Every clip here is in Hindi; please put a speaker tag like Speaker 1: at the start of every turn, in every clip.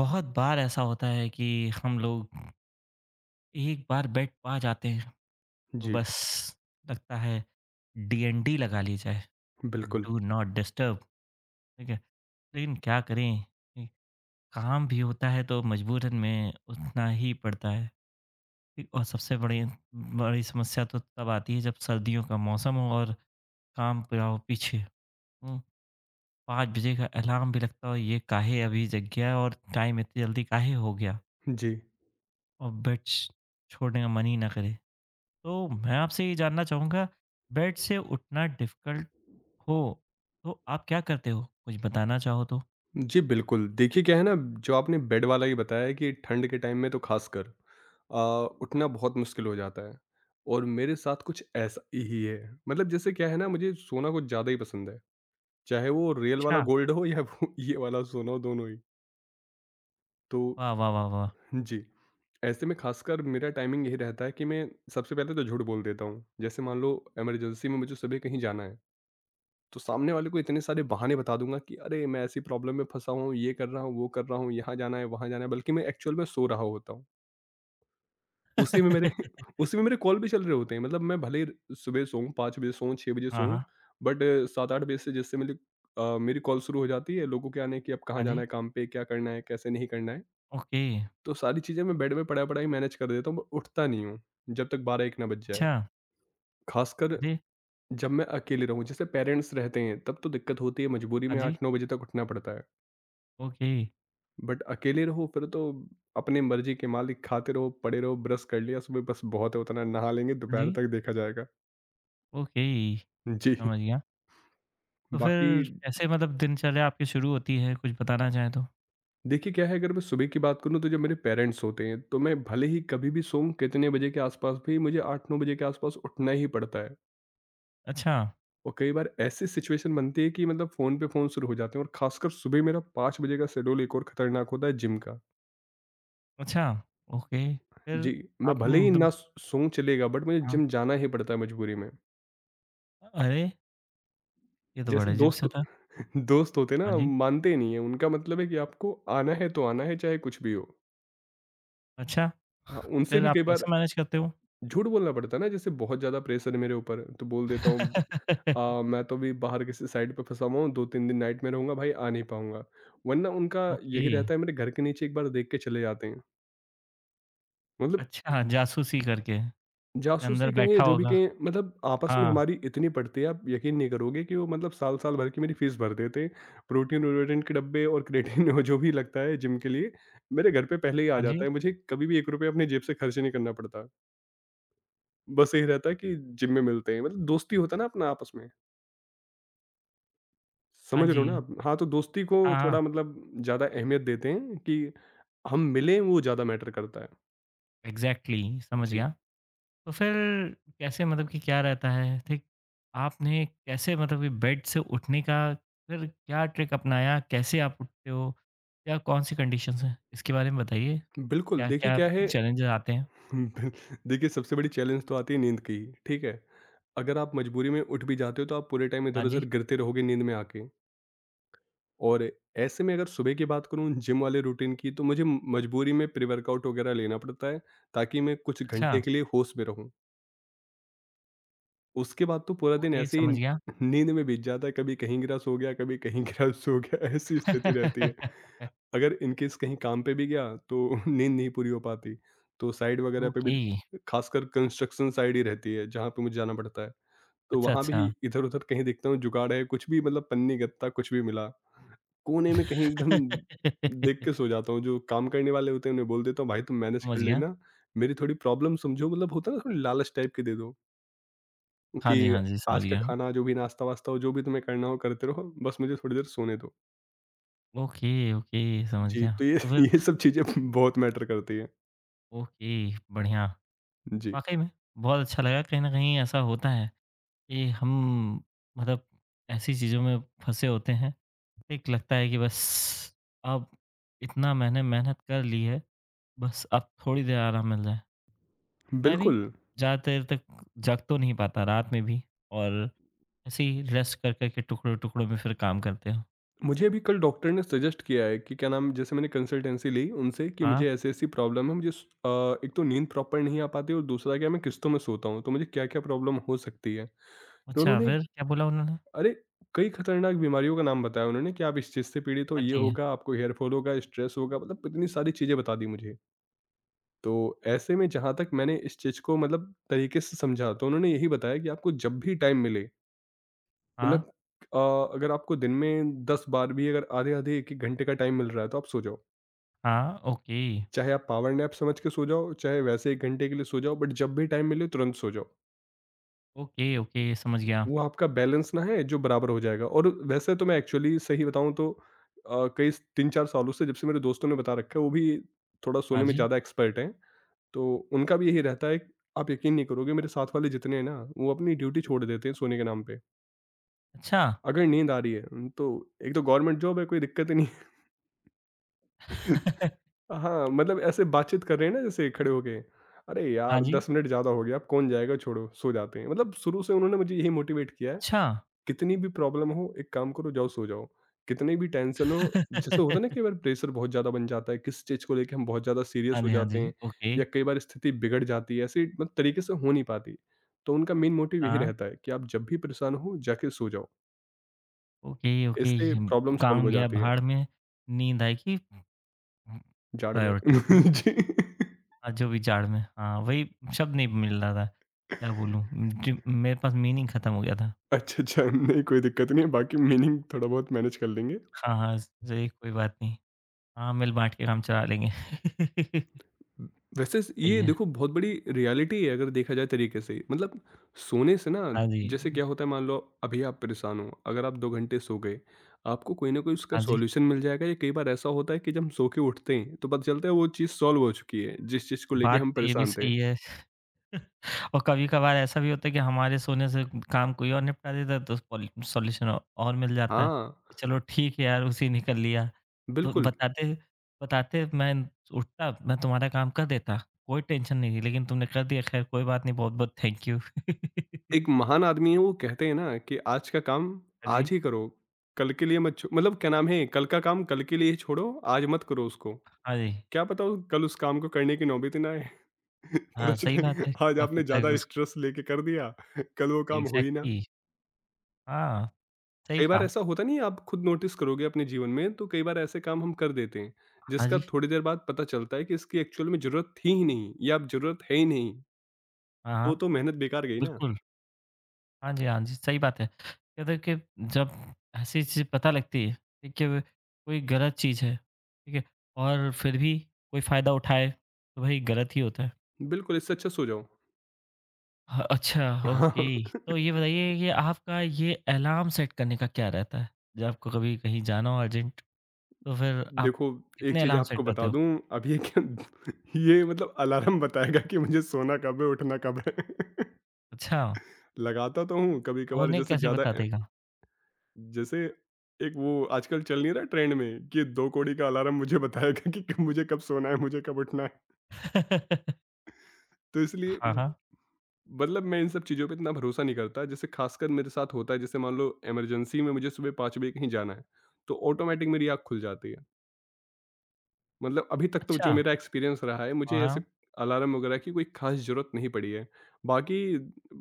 Speaker 1: बहुत बार ऐसा होता है कि हम लोग एक बार बेट पा जाते हैं। तो
Speaker 2: जी,
Speaker 1: बस लगता है डीएनडी लगा ली जाए।
Speaker 2: बिल्कुल।
Speaker 1: डू नॉट डिस्टर्ब, ठीक है, लेकिन क्या करें ठीक, काम भी होता है तो मजबूरन में उतना ही पड़ता है। ठीक, और सबसे बड़ी बड़ी समस्या तो तब आती है जब सर्दियों का मौसम हो और काम पूरा हो पीछे, हम्म, पाँच बजे का अलार्म भी लगता हो, ये काहे अभी जग गया और टाइम इतनी जल्दी काहे हो गया।
Speaker 2: जी।
Speaker 1: और बेड छोड़ने का मन ही ना करे। तो मैं आपसे ये जानना चाहूँगा, बेड से उठना डिफ़िकल्ट हो, तो आप क्या करते हो? कुछ बताना चाहो तो?
Speaker 2: जी, बिल्कुल। देखिए क्या है ना, जो आपने बेड वाला ये बताया है कि ठंड के टाइम में तो ख़ासकर अ, उठना बहुत मुश्किल हो जाता है और मेरे साथ कुछ ऐसा ही है। मतलब जैसे क्या है ना, मुझे सोना कुछ ज़्यादा ही पसंद है, चाहे वो रियल वाला
Speaker 1: अच्छा।
Speaker 2: गोल्ड हो या वो ये वाला सोना हो, दोनों ही। तो
Speaker 1: वाह, वाह, वाह, वाह!
Speaker 2: जी, ऐसे में ख़ासकर मेरा टाइमिंग यही रहता है कि मैं सबसे पहले तो झूठ बोल देता हूँ। जैसे मान लो इमरजेंसी में मुझे सुबह कहीं जाना है। तो सामने वाले को इतने सारे बहाने बता दूँगा कि अरे मैं ऐसी प्रॉब्लम में फँसा हूँ, ये कर रहा हूँ, वो कर रहा हूँ, यहाँ जाना है, वहाँ जाना है, बल्कि मैं एक्चुअल में सो रहा होता हूँ। उसी में मेरे उसी में मेरे कॉल भी चल रहे होते हैं। मतलब मैं भले ही सुबह सोऊँ, 5 बजे सोऊँ, 6 बजे
Speaker 1: हाँ,
Speaker 2: सोऊँ,
Speaker 1: हाँ।
Speaker 2: बट 7-8 बजे से जैसे मेरी कॉल शुरू हो जाती है लोगों के आने की, अब कहाँ
Speaker 1: हाँ
Speaker 2: जाना
Speaker 1: जी।
Speaker 2: है काम पे, क्या करना है, कैसे नहीं करना है।
Speaker 1: ओके।
Speaker 2: तो सारी चीज़ें मैं बेड में पड़ा-पड़ा ही मैनेज कर देता हूँ, मैं उठता नहीं हूँ, जब तक 12-1 ना बज जाए।
Speaker 1: अच्छा।
Speaker 2: ख़ासकर
Speaker 1: अरे!
Speaker 2: जब मैं अकेले रहूँ, जैसे पेरेंट्स रहते हैं, तब तो दिक्कत होती है, मजबूरी
Speaker 1: हाँ
Speaker 2: में
Speaker 1: जी।
Speaker 2: 8-9 बजे तक उठना पड़ता है।
Speaker 1: ओके।
Speaker 2: बट अकेले रहो फिर तो अपने मर्जी के मालिक, खाते रहो, पड़े रहो, ब्रश कर लिया सुबह बस बहुत है, उतना नहा लेंगे,
Speaker 1: हाँ जी।
Speaker 2: दोपहर तक देखा जाएगा।
Speaker 1: ओके।
Speaker 2: जी।
Speaker 1: समझ गया। तो
Speaker 2: बाकी
Speaker 1: फिर कैसे मतलब दिनचर्या आपकी शुरू होती है? कुछ बताना चाहें तो?
Speaker 2: देखिए क्या है, अगर मैं सुबह की बात करूँ तो जब मेरे पेरेंट्स होते हैं तो मैं भले ही कभी भी सोऊं, कितने बजे के आसपास भी मुझे 8-9 बजे के आसपास उठना ही पड़ता है।
Speaker 1: अच्छा।
Speaker 2: और कई बार ऐसी सिचुएशन बनती है कि मतलब फ़ोन पे फ़ोन शुरू हो जाते हैं, और खासकर सुबह मेरा 5 बजे का शेड्यूल एक और ख़तरनाक होता है, जिम का।
Speaker 1: अच्छा। ओके। फिर
Speaker 2: जी। मैं
Speaker 1: आप
Speaker 2: भले ही
Speaker 1: मतलब
Speaker 2: ना सोऊं चलेगा, बट मुझे
Speaker 1: हाँ।
Speaker 2: जिम जाना ही पड़ता है मजबूरी में।
Speaker 1: अरे! ये तो
Speaker 2: जैसे
Speaker 1: बड़ा अजीब-सा
Speaker 2: दोस्त
Speaker 1: था।
Speaker 2: दोस्त होते हैं
Speaker 1: हाँ
Speaker 2: ना,
Speaker 1: जी।
Speaker 2: मानते ही नहीं है, उनका मतलब है कि आपको आना है तो आना है चाहे कुछ भी हो।
Speaker 1: अच्छा।
Speaker 2: हाँ, उनसे
Speaker 1: फिर
Speaker 2: भी
Speaker 1: आप
Speaker 2: कई बार
Speaker 1: कैसे मैनेज करते हो?
Speaker 2: झूठ बोलना पड़ता है ना, जैसे बहुत ज़्यादा प्रेशर है मेरे ऊपर तो बोल देता हूँ मैं तो अभी बाहर किसी साइड पे फँसा हुआ हूँ, 2-3 दिन नाइट में रहूँगा, भाई आ नहीं पाऊँगा। वरना उनका
Speaker 1: ओके,
Speaker 2: यही रहता है, मेरे घर के नीचे एक बार देख के चले जाते हैं। मतलब
Speaker 1: अच्छा, हाँ, जासूसी करके, के
Speaker 2: जासूसी
Speaker 1: अंदर
Speaker 2: कहें या
Speaker 1: बैठा
Speaker 2: जो भी
Speaker 1: होगा।
Speaker 2: कहें, मतलब आपस में
Speaker 1: हाँ,
Speaker 2: हमारी इतनी पड़ती है, आप यकीन नहीं करोगे कि वो मतलब साल-साल भर की मेरी फीस भर देते। प्रोटीन-वोटीन के डब्बे और क्रेटिन और जो भी लगता है जिम के लिए, मेरे घर पे पहले ही आ
Speaker 1: हाँ जी,
Speaker 2: जाता है। मुझे कभी भी ₹1 अपनी जेब से खर्च नहीं करना पड़ता। बस यही रहता है कि जिम में मिलते हैं, मतलब दोस्ती होता है ना अपना आपस में,
Speaker 1: हाँ
Speaker 2: समझ रहे हो ना
Speaker 1: जी,
Speaker 2: आप? हाँ, तो दोस्ती को
Speaker 1: हाँ, हाँ,
Speaker 2: थोड़ा मतलब ज़्यादा अहमियत देते हैं, कि हम मिलें, वो ज़्यादा मैटर करता है।
Speaker 1: एग्ज़ैक्टली समझ गया।
Speaker 2: जी,
Speaker 1: तो फिर कैसे मतलब कि क्या रहता है, ठीक? आपने कैसे मतलब कि बेड से उठने का फिर क्या ट्रिक अपनाया? कैसे आप उठते हो? या कौन-सी कंडीशंस हैं? इसके बारे में बताइए,
Speaker 2: बिल्कुल देखिए
Speaker 1: क्या-क्या
Speaker 2: क्या है
Speaker 1: चैलेंजेज़ आते हैं?
Speaker 2: बिल देखिए, सबसे बड़ी चैलेंज तो आती है नींद की, ठीक है? अगर आप मजबूरी में उठ भी जाते हो तो आप पूरे टाइम
Speaker 1: हाँ जी,
Speaker 2: इधर-उधर गिरते रहोगे नींद में आके। और ऐसे में अगर सुबह की बात करूँ जिम वाले रूटीन की, तो मुझे मजबूरी में प्री-वर्कआउट वगैरह लेना पड़ता है, ताकि मैं कुछ
Speaker 1: अच्छा,
Speaker 2: घंटे के लिए होश में रहूँ। उसके बाद तो पूरा दिन
Speaker 1: ओके
Speaker 2: ऐसे ही
Speaker 1: समझ गया।
Speaker 2: नींद में बीत जाता है, कभी कहीं गिरा सो गया, कभी कहीं गिरा सो गया, ऐसी स्थिति रहती है। अगर इन केस कहीं काम पे भी गया तो नींद नहीं पूरी हो पाती, तो साइट वगैरह पे भी
Speaker 1: ओके,
Speaker 2: खासकर कंस्ट्रक्शन साइट ही रहती है जहाँ पे मुझे जाना पड़ता है। तो
Speaker 1: अच्छा,
Speaker 2: वहाँ भी
Speaker 1: अच्छा।
Speaker 2: इधर-उधर कहीं देखता हूँ, जुगाड़ है, कुछ भी मतलब पन्नी-गत्ता कुछ भी मिला। कोने में कहीं एकदम देख के सो जाता हूँ, जो काम करने वाले होते हैं उन्हें बोल देता हूँ, भाई तुम मैनेज
Speaker 1: समझ
Speaker 2: कर
Speaker 1: गया।
Speaker 2: लेना, मेरी थोड़ी प्रॉब्लम समझो, मतलब होता है ना थोड़ी लालच टाइप की दे दो,
Speaker 1: हाँ
Speaker 2: कि
Speaker 1: जी, हाँ जी, समझ
Speaker 2: आज का
Speaker 1: गया।
Speaker 2: खाना जो भी नाश्ता-वाश्ता हो जो भी तुम्हें करना हो करते रहो, बस मुझे थोड़ी देर सोने दो।
Speaker 1: ओके, ओके, समझ
Speaker 2: जी,
Speaker 1: गया।
Speaker 2: तो ये
Speaker 1: तो
Speaker 2: ये
Speaker 1: फिर
Speaker 2: सब चीज़ें बहुत मैटर करती है।
Speaker 1: ओके, बढ़िया।
Speaker 2: जी,
Speaker 1: वाक़ई में बहुत अच्छा लगा, कहीं न कहीं ऐसा होता है कि हम मतलब ऐसी चीज़ों में फँसे होते हैं। एक लगता है कि बस अब इतना मैंने मेहनत कर ली है, बस अब थोड़ी देर आराम मिल जाए। मैं भी
Speaker 2: बिल्कुल।
Speaker 1: ज़्यादा देर तक जग तो नहीं पाता रात में भी, और ऐसे ही रेस्ट कर, कर के टुकड़ों-टुकड़ों में फिर काम करते हैं।
Speaker 2: मुझे अभी कल डॉक्टर ने सजेस्ट किया है कि क्या नाम, जैसे मैंने कंसल्टेंसी ली उनसे कि
Speaker 1: हाँ,
Speaker 2: मुझे ऐसी-ऐसी प्रॉब्लम है, मुझे एक तो नींद प्रॉपर नहीं आ पाती और दूसरा क्या मैं किस्तों में सोता हूँ, तो मुझे क्या-क्या प्रॉब्लम हो सकती है। तो
Speaker 1: अच्छा,
Speaker 2: उन्होंने,
Speaker 1: फिर क्या बोला उन्होंने?
Speaker 2: अरे! कई खतरनाक बीमारियों का नाम बताया उन्होंने कि आप इस चीज़ से पीड़ित हो,
Speaker 1: हाँ
Speaker 2: ये
Speaker 1: जी,
Speaker 2: होगा, आपको हेयर फॉल होगा, स्ट्रेस होगा, मतलब इतनी सारी चीज़ें बता दी मुझे। तो ऐसे में जहाँ तक मैंने इस चीज़ को मतलब तरीके से समझा, तो उन्होंने यही बताया कि आपको जब भी टाइम मिले
Speaker 1: हाँ।
Speaker 2: मतलब अ, अगर आपको दिन में 10 बार भी अगर आधे-आधे, 1-1 घंटे का टाइम मिल रहा है तो आप सो जाओ।
Speaker 1: हाँ, ओके।
Speaker 2: चाहे आप पावर नैप समझ के सो जाओ, चाहे वैसे 1 घंटे के लिए सो जाओ, बट जब भी टाइम मिले तुरंत सो जाओ।
Speaker 1: ओके, ओके समझ गया।
Speaker 2: वो आपका बैलेंस ना है जो बराबर हो जाएगा, और वैसे तो मैं एक्चुअली सही बताऊँ तो कई 3-4 सालों से जब से मेरे दोस्तों ने बता रखा है, वो भी थोड़ा
Speaker 1: हाँ
Speaker 2: सोने में
Speaker 1: जी,
Speaker 2: ज़्यादा एक्सपर्ट हैं, तो उनका भी यही रहता है। आप यकीन नहीं करोगे, मेरे साथ वाले जितने हैं ना, वो अपनी ड्यूटी छोड़ देते हैं सोने के नाम पे।
Speaker 1: अच्छा,
Speaker 2: अगर नींद आ रही है, तो एक तो गवर्नमेंट जॉब है, कोई दिक्कत ही नहीं है। हाँ, मतलब ऐसे बातचीत कर रहे हैं ना जैसे खड़े होके, अरे
Speaker 1: हाँ
Speaker 2: यार
Speaker 1: जी,
Speaker 2: 10 मिनट ज़्यादा हो गया, अब कौन जाएगा, छोड़ो, सो जाते हैं। मतलब शुरू से उन्होंने मुझे यही मोटिवेट किया है,
Speaker 1: अच्छा।
Speaker 2: कितनी भी प्रॉब्लम हो, एक काम करो जाओ सो जाओ, कितनी भी टेंशन हो, जैसे होता है ना कई बार प्रेशर बहुत ज़्यादा बन जाता है, किसी चीज़ को लेके हम बहुत ज़्यादा सीरियस
Speaker 1: हाँ
Speaker 2: हो
Speaker 1: जी, हाँ
Speaker 2: जाते
Speaker 1: जी,
Speaker 2: हैं,
Speaker 1: ओके,
Speaker 2: या कई बार स्थिति बिगड़ जाती है, ऐसे मतलब तरीके से हो नहीं पाती। तो उनका मेन मोटिव यही
Speaker 1: हाँ,
Speaker 2: रहता है कि आप जब भी परेशान हो जाके सो जाओ,
Speaker 1: ओके, ओके
Speaker 2: इससे
Speaker 1: हिम,
Speaker 2: प्रॉब्लम सॉल्व
Speaker 1: काम
Speaker 2: हो
Speaker 1: गया
Speaker 2: जाती है,
Speaker 1: भाड़ में, नींद आई कि
Speaker 2: जाड़ में।
Speaker 1: प्रायोरिटी में है।
Speaker 2: जी।
Speaker 1: हाँ, जो भी जाड़ में, हाँ, वही शब्द नहीं मिल रहा था। क्या बोलूँ? जी मेरे पास मीनिंग ख़त्म हो गया था।
Speaker 2: अच्छा, अच्छा। नहीं, कोई दिक्कत नहीं है, बाकी मीनिंग थोड़ा बहुत मैनेज कर लेंगे।
Speaker 1: हाँ, हाँ, सही कोई बात नहीं। हाँ, मिल-बाँट के काम चला लेंगे।
Speaker 2: वैसे स
Speaker 1: सही
Speaker 2: ये
Speaker 1: है।
Speaker 2: देखो, बहुत बड़ी रियलिटी है अगर देखा जाए तरीके से। मतलब सोने से ना,
Speaker 1: हाँ जी,
Speaker 2: जैसे क्या होता है मान लो अभी आप परेशान हो, अगर आप 2 घंटे सो गए, आपको कोई ना कोई उसका
Speaker 1: हाँ जी,
Speaker 2: सॉल्यूशन मिल जाएगा, या कई बार ऐसा होता है कि जब हम सो के उठते हैं, तो पता चलता है वो चीज़ सॉल्व हो चुकी है, जिस चीज़ को लेके
Speaker 1: बात
Speaker 2: हम
Speaker 1: तो ये भी
Speaker 2: परेशान थे।
Speaker 1: सही है। और कभी-कभार ऐसा भी होता है कि हमारे सोने से काम कोई और निपटा देता है, तो पॉल सॉल्यूशन औ और मिल जाता है,
Speaker 2: हाँ,
Speaker 1: कि चलो ठीक है यार, उसी ने कर लिया। तो
Speaker 2: बिल्कुल।
Speaker 1: बताते बताते मैं उठता, मैं तुम्हारा काम कर देता, कोई टेंशन नहीं थी, लेकिन तुमने कर दिया, खैर कोई बात नहीं, बहुत-बहुत थैंक यू।
Speaker 2: एक महान आदमी है, वो कहते हैं ना कि आज का काम
Speaker 1: हाँ
Speaker 2: आज
Speaker 1: जी।
Speaker 2: ही करो, कल के लिए मत छो मतलब क्या नाम है, कल का काम कल के लिए छोड़ो, आज मत करो उसको।
Speaker 1: हाँ जी।
Speaker 2: क्या पता वो कल उस काम को करने की नौबत ही ना आए। पता
Speaker 1: हाँ, सही बात
Speaker 2: चले
Speaker 1: है,
Speaker 2: आज
Speaker 1: क्या
Speaker 2: आपने
Speaker 1: पता है
Speaker 2: ज़्यादा
Speaker 1: उस,
Speaker 2: स्ट्रेस लेके कर दिया, कल वो काम हो ही ना।
Speaker 1: एग्ज़ैक्टली हाँ, सही
Speaker 2: कई बार
Speaker 1: कहा।
Speaker 2: ऐसा होता नहीं है, आप खुद नोटिस करोगे अपने जीवन में, तो कई बार ऐसे काम हम कर देते हैं,
Speaker 1: हाँ
Speaker 2: जिसका
Speaker 1: जी।
Speaker 2: थोड़ी देर बाद पता चलता है कि इसकी एक्चुअल में ज़रूरत थी ही नहीं, या अब ज़रूरत है ही नहीं।
Speaker 1: हाँ, हाँ,
Speaker 2: वो तो मेहनत बेकार गई ना।
Speaker 1: बिल्कुल। हाँ जी, हाँ जी, सही बात है। क्या देखिए जब ऐसी चीज़ पता लगती है, देखिए व कोई गलत चीज़ है, ठीक है? और फिर भी कोई फ़ायदा उठाए, तो भई गलत ही होता है।
Speaker 2: बिल्कुल, इससे अच्छा सो जाओ।
Speaker 1: ह अच्छा,
Speaker 2: हाँ।
Speaker 1: ओके। तो ये बताइए कि आपका ये अलार्म सेट करने का क्या रहता है? जब आपको कभी कहीं जाना हो अर्जेंट, तो फिर आप
Speaker 2: देखो, एक
Speaker 1: कितने
Speaker 2: चीज़
Speaker 1: अलार्म सेट
Speaker 2: आपको
Speaker 1: करते
Speaker 2: बता
Speaker 1: हो?
Speaker 2: दूँ, अब ये क्या ये मतलब अलार्म बताएगा कि मुझे सोना कब है, उठना कब है।
Speaker 1: अच्छा,
Speaker 2: लगाता तो हूँ,
Speaker 1: तो
Speaker 2: कभी-कभार,
Speaker 1: उन्हें
Speaker 2: जैसे
Speaker 1: कैसे
Speaker 2: ज़्यादा
Speaker 1: बता देगा?
Speaker 2: जैसे एक वो आजकल चल नहीं रहा ट्रेंड में कि 2 कौड़ी का अलार्म मुझे बताएगा कि कब मुझे कब सोना है, मुझे कब उठना है। तो इसलिए
Speaker 1: हाँ, हाँ।
Speaker 2: मतलब मैं इन सब चीज़ों पे इतना भरोसा नहीं करता। जैसे खासकर मेरे साथ होता है, जैसे मान लो इमरजेंसी में मुझे सुबह 5 बजे कहीं जाना है, तो ऑटोमैटिक मेरी आँख खुल जाती है। मतलब अभी तक तो जो
Speaker 1: अच्छा,
Speaker 2: मेरा एक्सपीरियंस रहा है,
Speaker 1: हाँ,
Speaker 2: मुझे ऐसे
Speaker 1: हाँ।
Speaker 2: अलार्म वगैरह की कोई ख़ास ज़रूरत नहीं पड़ी है। बाकी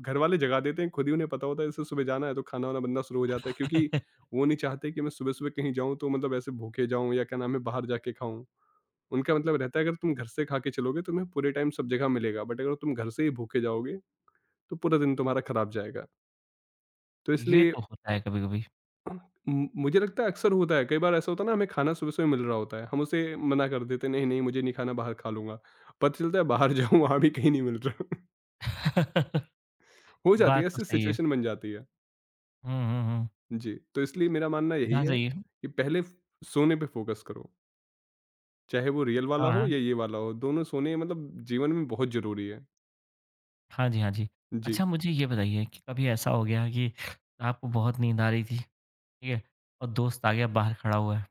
Speaker 2: घरवाले जगा देते हैं, खुद ही उन्हें पता होता है, जैसे सुबह जाना है तो खाना-वाना बनना शुरू हो जाता है, क्योंकि वो नहीं चाहते कि मैं सुबह-सुबह कहीं जाऊँ तो मतलब ऐसे भूखे जाऊँ या क्या नाम है बाहर जाके खाऊँ। उनका मतलब रहता है, अगर तुम घर से खा के चलोगे तुम्हें पूरे टाइम सब जगह मिलेगा, बट अगर तुम घर से ही भूखे जाओगे, तो पूरा दिन तुम्हारा ख़राब जाएगा। तो
Speaker 1: ये
Speaker 2: इसलिए
Speaker 1: तो होता है कभी-कभी।
Speaker 2: हाँ, म मुझे लगता है अक्सर होता है, कई बार ऐसा होता है ना, हमें खाना सुबह-सुबह मिल रहा होता है, हम उसे मना कर देते हैं, नहीं, नहीं मुझे नहीं खाना, बाहर खा लूँगा। पता चलता है, बाहर जाऊँ वहाँ भी कहीं नहीं मिल रहा। हो जाती
Speaker 1: बात
Speaker 2: है,
Speaker 1: तो
Speaker 2: ऐसी
Speaker 1: सही है।
Speaker 2: सिचुएशन बन जाती है।
Speaker 1: हुँ, हुँ, हुँ।
Speaker 2: जी, तो इसलिए मेरा मानना यही
Speaker 1: हाँ,
Speaker 2: है
Speaker 1: सही है।
Speaker 2: कि पहले फ सोने पे फ़ोकस करो, चाहे वो रियल वाला
Speaker 1: हाँ,
Speaker 2: हो
Speaker 1: हाँ।
Speaker 2: या ये वाला हो, दोनों सोने मतलब जीवन में बहुत ज़रूरी है।
Speaker 1: हाँ जी, हाँ जी।
Speaker 2: जी,
Speaker 1: अच्छा, मुझे ये बताइए कि कभी ऐसा हो गया कि आपको बहुत नींद आ रही थी, ठीक है? और दोस्त आ गया बाहर खड़ा हुआ है।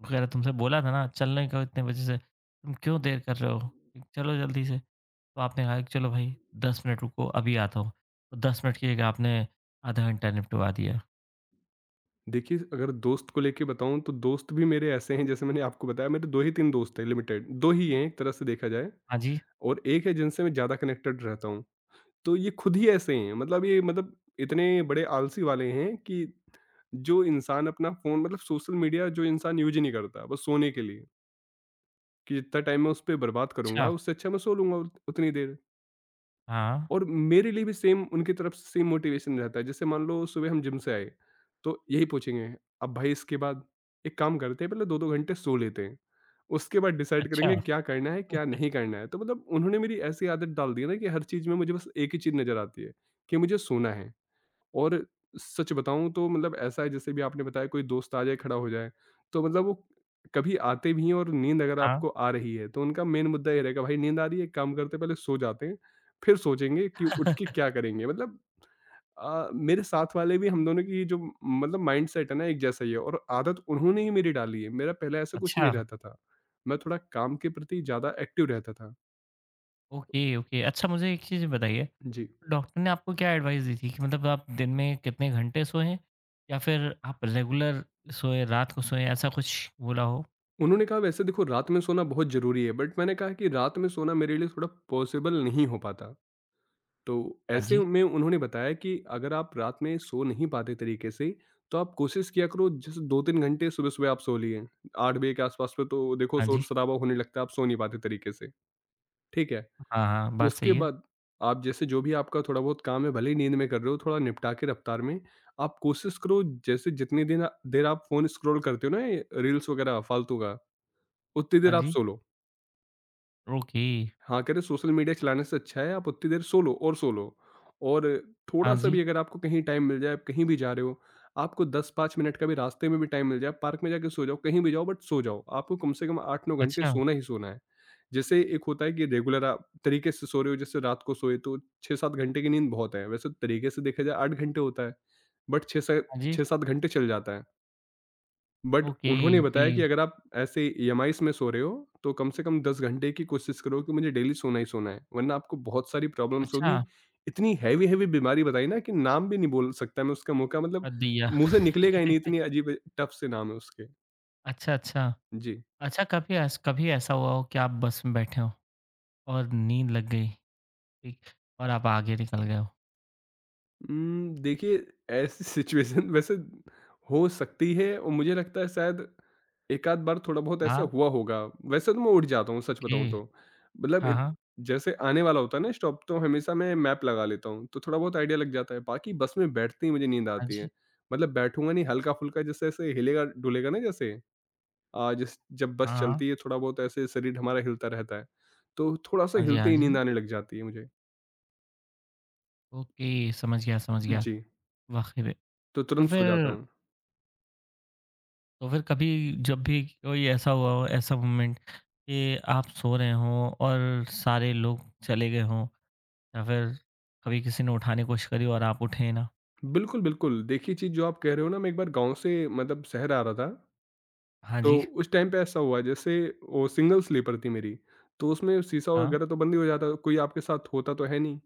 Speaker 1: वो कह रहा तुमसे बोला था ना चलने को इतने बजे से, तुम क्यों देर कर रहे हो? चलो जल्दी से। तो आपने कहा कि चलो भाई 10 मिनट रुको अभी आता हूँ। तो 10 मिनट की जगह आपने आधा घंटा निपटवा दिया।
Speaker 2: देखिए, अगर दोस्त को लेके बताऊँ, तो दोस्त भी मेरे ऐसे हैं, जैसे मैंने आपको बताया, मेरे 2 ही 3 दोस्त हैं, लिमिटेड, 2 ही हैं एक तरह से देखा जाए,
Speaker 1: हाँ जी।
Speaker 2: और 1 है जिनसे मैं ज़्यादा कनेक्टेड रहता हूँ। तो ये खुद ही ऐसे हैं, मतलब ये, मतलब इतने बड़े आलसी वाले हैं, कि जो इंसान अपना फ़ोन, मतलब सोशल मीडिया जो इंसान यूज़ ही नहीं करता, बस सोने के लिए, कि जितना टाइम मैं उस पे बर्बाद करूँगा,
Speaker 1: अच्छा।
Speaker 2: उससे अच्छा मैं सो लूँगा उतनी देर।
Speaker 1: हाँ।
Speaker 2: और मेरे लिए भी सेम, उनकी तरफ से सेम मोटिवेशन रहता है, जैसे मान लो सुबह हम जिम से आए, तो यही पूछेंगे, अब भाई इसके बाद एक काम करते हैं, पहले दो दो घंटे सो लेते हैं, उसके बाद डिसाइड
Speaker 1: अच्छा।
Speaker 2: करेंगे क्या करना है, क्या नहीं करना है। तो मतलब उन्होंने मेरी ऐसी आदत डाल दी है ना कि हर चीज़ में मुझे बस एक ही चीज़ नज़र आती है कि मुझे सोना है। और सच बताऊँ तो मतलब ऐसा है, जैसे भी आपने बताया, कोई दोस्त आ जाए, खड़ा हो जाए, तो मतलब वो कभी आते भी हैं, और नींद अगर
Speaker 1: हाँ।
Speaker 2: आपको आ रही है, तो उनका मेन मुद्दा ये रहेगा, भाई नींद आ रही है, एक काम करते हैं पहले सो जाते हैं, फिर सोचेंगे कि उठ के क्या करेंगे। मतलब मेरे साथ वाले भी, हम दोनों की जो मतलब माइंडसेट है ना, एक जैसा ही है, और आदत उन्होंने ही मेरी डाली है। मेरा पहले ऐसा कुछ
Speaker 1: अच्छा।
Speaker 2: नहीं रहता था। मैं थोड़ा काम के प्रति ज़्यादा एक्टिव रहता था।
Speaker 1: Okay, okay. अच्छा, मुझे एक चीज़ बताइए,
Speaker 2: जी।
Speaker 1: डॉक्टर ने आपको क्या एडवाइस दी थी कि मतलब आप दिन में कितने घंटे सोएं? या फिर आप रेगुलर सोएँ, रात को सोएँ, ऐसा कुछ बोला हो?
Speaker 2: उन्होंने कहा, वैसे देखो रात में सोना बहुत ज़रूरी है, बट मैंने कहा कि रात में सोना मेरे लिए थोड़ा पॉसिबल नहीं हो पाता। तो
Speaker 1: हाँ
Speaker 2: ऐसे
Speaker 1: जी,
Speaker 2: में उन्होंने बताया कि अगर आप रात में सो नहीं पाते तरीके से, तो आप कोशिश किया करो, जैसे 2-3 घंटे सुबह-सुबह आप सो लिए। 8 बजे के आसपास में तो देखो
Speaker 1: हाँ जी।
Speaker 2: शोर-शराबा होने लगता है, आप सो नहीं पाते तरीके से, ठीक है?
Speaker 1: हाँ, हाँ, बात
Speaker 2: उसके
Speaker 1: सही है।
Speaker 2: बाद आप, जैसे जो भी आपका थोड़ा बहुत काम है, भले ही नींद में कर रहे हो, थोड़ा निपटा के रफ्तार में, आप कोशिश करो, जैसे जितनी दिन देर आप फ़ोन स्क्रॉल करते हो ना, ये रील्स वगैरह फालतू का, उतनी
Speaker 1: हाँ
Speaker 2: देर आप
Speaker 1: जी,
Speaker 2: सो लो।
Speaker 1: ओके।
Speaker 2: हाँ, कह रहे सोशल मीडिया चलाने से अच्छा है आप उतनी देर सो लो, और सो लो। और
Speaker 1: हाँ
Speaker 2: थोड़ा-सा
Speaker 1: जी,
Speaker 2: भी अगर आपको कहीं टाइम मिल जाए, आप कहीं भी जा रहे हो, आपको 10-5 मिनट का भी रास्ते में भी टाइम मिल जाए, पार्क में जाके सो जाओ, कहीं भी जाओ बट सो जाओ। आपको कम से कम 8-9 घंटे
Speaker 1: अच्छा।
Speaker 2: सोना ही सोना है। जैसे एक होता है कि रेगुलर आप तरीके से सो रहे हो, जैसे रात को सोए तो 6-7 घंटे की नींद बहुत है। वैसे तरीके से देखा जाए 8 घंटे होता है, बट 6 से
Speaker 1: हाँ जी,
Speaker 2: 6-7 घंटे चल जाता है। बट
Speaker 1: ओके,
Speaker 2: उन्होंने
Speaker 1: ओके।
Speaker 2: बताया कि अगर आप ऐसे ईएमआईस में सो रहे हो, तो कम से कम 10 घंटे की कोशिश करो कि मुझे डेली सोना ही सोना है, वरना आपको बहुत सारी प्रॉब्लम्स होगी।
Speaker 1: अच्छा,
Speaker 2: इतनी हैवी हैवी बीमारी बताई ना कि नाम भी नहीं बोल सकता मैं उसका, मुंह का मतलब
Speaker 1: कर दिया।
Speaker 2: मुंह से निकलेगा ही नहीं, इतनी अजीब टफ से नाम है उसके।
Speaker 1: अच्छा, अच्छा।
Speaker 2: जी।
Speaker 1: अच्छा कभी ऐस कभी ऐसा हुआ हो कि आप बस में बैठे हो और नींद लग गई, ठीक? और आप आगे निकल गए हो?
Speaker 2: देखिए, ऐसी सिचुएशन वैसे हो सकती है, और मुझे लगता है शायद एक-आध बार थोड़ा बहुत ऐसे
Speaker 1: हाँ,
Speaker 2: हुआ होगा। वैसे तो मैं उठ जाता हूँ, सच
Speaker 1: ओके।
Speaker 2: बताऊँ तो। मतलब
Speaker 1: हाँ,
Speaker 2: इत
Speaker 1: हाँ।
Speaker 2: जैसे आने वाला होता है ना स्टॉप, तो हमेशा मैं मैप लगा लेता हूँ, तो थोड़ा बहुत आइडिया लग जाता है। बाकी बस में बैठते ही मुझे नींद
Speaker 1: हाँ
Speaker 2: आती
Speaker 1: जी।
Speaker 2: है। मतलब बैठूँगा नहीं, हल्का-फुल्का जैसे ऐसे हिलेगा-डुलेगा ना, जैसे जिस जब
Speaker 1: हाँ,
Speaker 2: बस
Speaker 1: हाँ।
Speaker 2: चलती है, थोड़ा बहुत ऐसे शरीर हमारा हिलता रहता है, तो थोड़ा-सा
Speaker 1: हाँ जी,
Speaker 2: हिलते
Speaker 1: हाँ
Speaker 2: ही नींद
Speaker 1: जी।
Speaker 2: आने लग जाती है मुझे।
Speaker 1: ओके, समझ गया, समझ गया।
Speaker 2: जी,
Speaker 1: वाक़ई में।
Speaker 2: तो
Speaker 1: तो
Speaker 2: तुरंत सो जाता
Speaker 1: फिर
Speaker 2: हूँ।
Speaker 1: तो फिर कभी जब भी कोई ऐसा हुआ हो, ऐसा मोमेंट कि आप सो रहे हों और सारे लोग चले गए हों, या फिर कभी किसी ने उठाने की कोशिश करी हो और आप उठे ही ना?
Speaker 2: बिल्कुल, बिल्कुल। देखिए, चीज़ जो आप कह रहे हो ना, मैं एक बार गाँव से मतलब शहर आ रहा था,
Speaker 1: हाँ जी,
Speaker 2: तो उस टाइम पे ऐसा हुआ, जैसे वो सिंगल स्लीपर थी मेरी, तो उसमें शीशा
Speaker 1: हाँ,
Speaker 2: वगैरह तो बंद ही हो जाता, कोई आपके साथ होता तो है नहीं।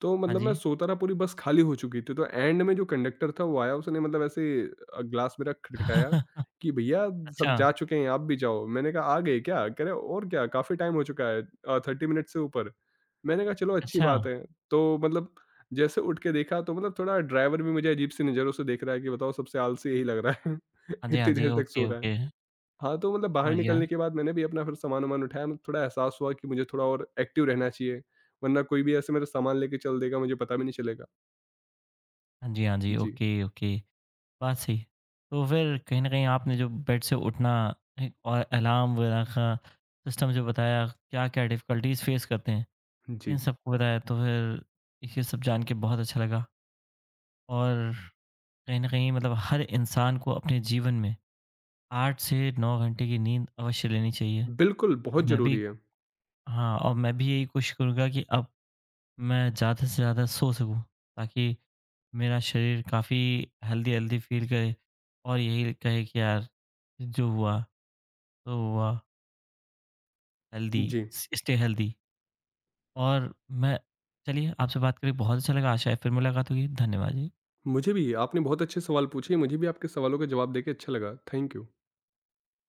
Speaker 2: तो
Speaker 1: हाँ
Speaker 2: मतलब मैं
Speaker 1: जी।
Speaker 2: सोता रहा, पूरी बस खाली हो चुकी थी, तो एंड में जो कंडक्टर था वो आया, उसने मतलब ऐसे ग्लास मेरा खटखटाया कि भैया सब जा
Speaker 1: अच्छा,
Speaker 2: चुके हैं, आप भी जाओ। मैंने कहा, "आ गए क्या?" कह रहे, "और क्या, काफ़ी टाइम हो चुका है, 30 मिनट से ऊपर।" मैंने कहा, "चलो अच्छी
Speaker 1: अच्छा।
Speaker 2: बात है।" तो मतलब जैसे उठ के देखा, तो मतलब थोड़ा ड्राइवर भी मुझे अजीब सी नज़रों से देख रहा है कि बताओ, सबसे आलसी यही लग रहा है,
Speaker 1: हाँ जी, हाँ
Speaker 2: इतनी
Speaker 1: जी।
Speaker 2: देर तक
Speaker 1: ओके,
Speaker 2: सो रहा है।
Speaker 1: ओके।
Speaker 2: हाँ, तो मतलब बाहर
Speaker 1: समझ गया।
Speaker 2: निकलने के बाद मैंने भी अपना फिर सामान-वामान उठाया, मुझे थोड़ा एहसास हुआ कि मुझे थोड़ा और एक्टिव रहना चाहिए, वरना कोई भी ऐसे मेरा सामान लेके चल देगा, मुझे पता भी नहीं चलेगा।
Speaker 1: हाँ जी, हाँ जी।
Speaker 2: जी,
Speaker 1: ओके, ओके। बात सही है। तो फिर कहीं न कहीं आपने जो बेड से उठना, एक और अलार्म वगैरह का सिस्टम जो बताया, क्या-क्या डिफ़िकल्टीज़ फ़ेस करते हैं?
Speaker 2: जी।
Speaker 1: इन सबको बताया, तो फिर ये सब जान के बहुत अच्छा लगा, और कहीं न कहीं मतलब हर इंसान को अपने जीवन में 8 से 9 घंटे की नींद अवश्य लेनी चाहिए।
Speaker 2: बिल्कुल,
Speaker 1: अब
Speaker 2: बहुत
Speaker 1: मैं भी,
Speaker 2: ज़रूरी है।
Speaker 1: हाँ, और मैं भी यही कोशिश करूँगा कि अब मैं ज़्यादा से ज़्यादा सो सकूँ, ताकि मेरा शरीर काफ़ी हेल्दी-हेल्दी फ़ील करे और यही कहे कि यार जो हुआ सो हुआ, हेल्दी
Speaker 2: जी,
Speaker 1: स स्टे हेल्दी। और मैं, चलिए, आपसे बात करके बहुत अच्छा लगा, आशा है फिर मुलाकात होगी। धन्यवाद जी।
Speaker 2: मुझे भी आपने बहुत अच्छे सवाल पूछे, मुझे भी आपके सवालों का जवाब देके अच्छा लगा। Thank you.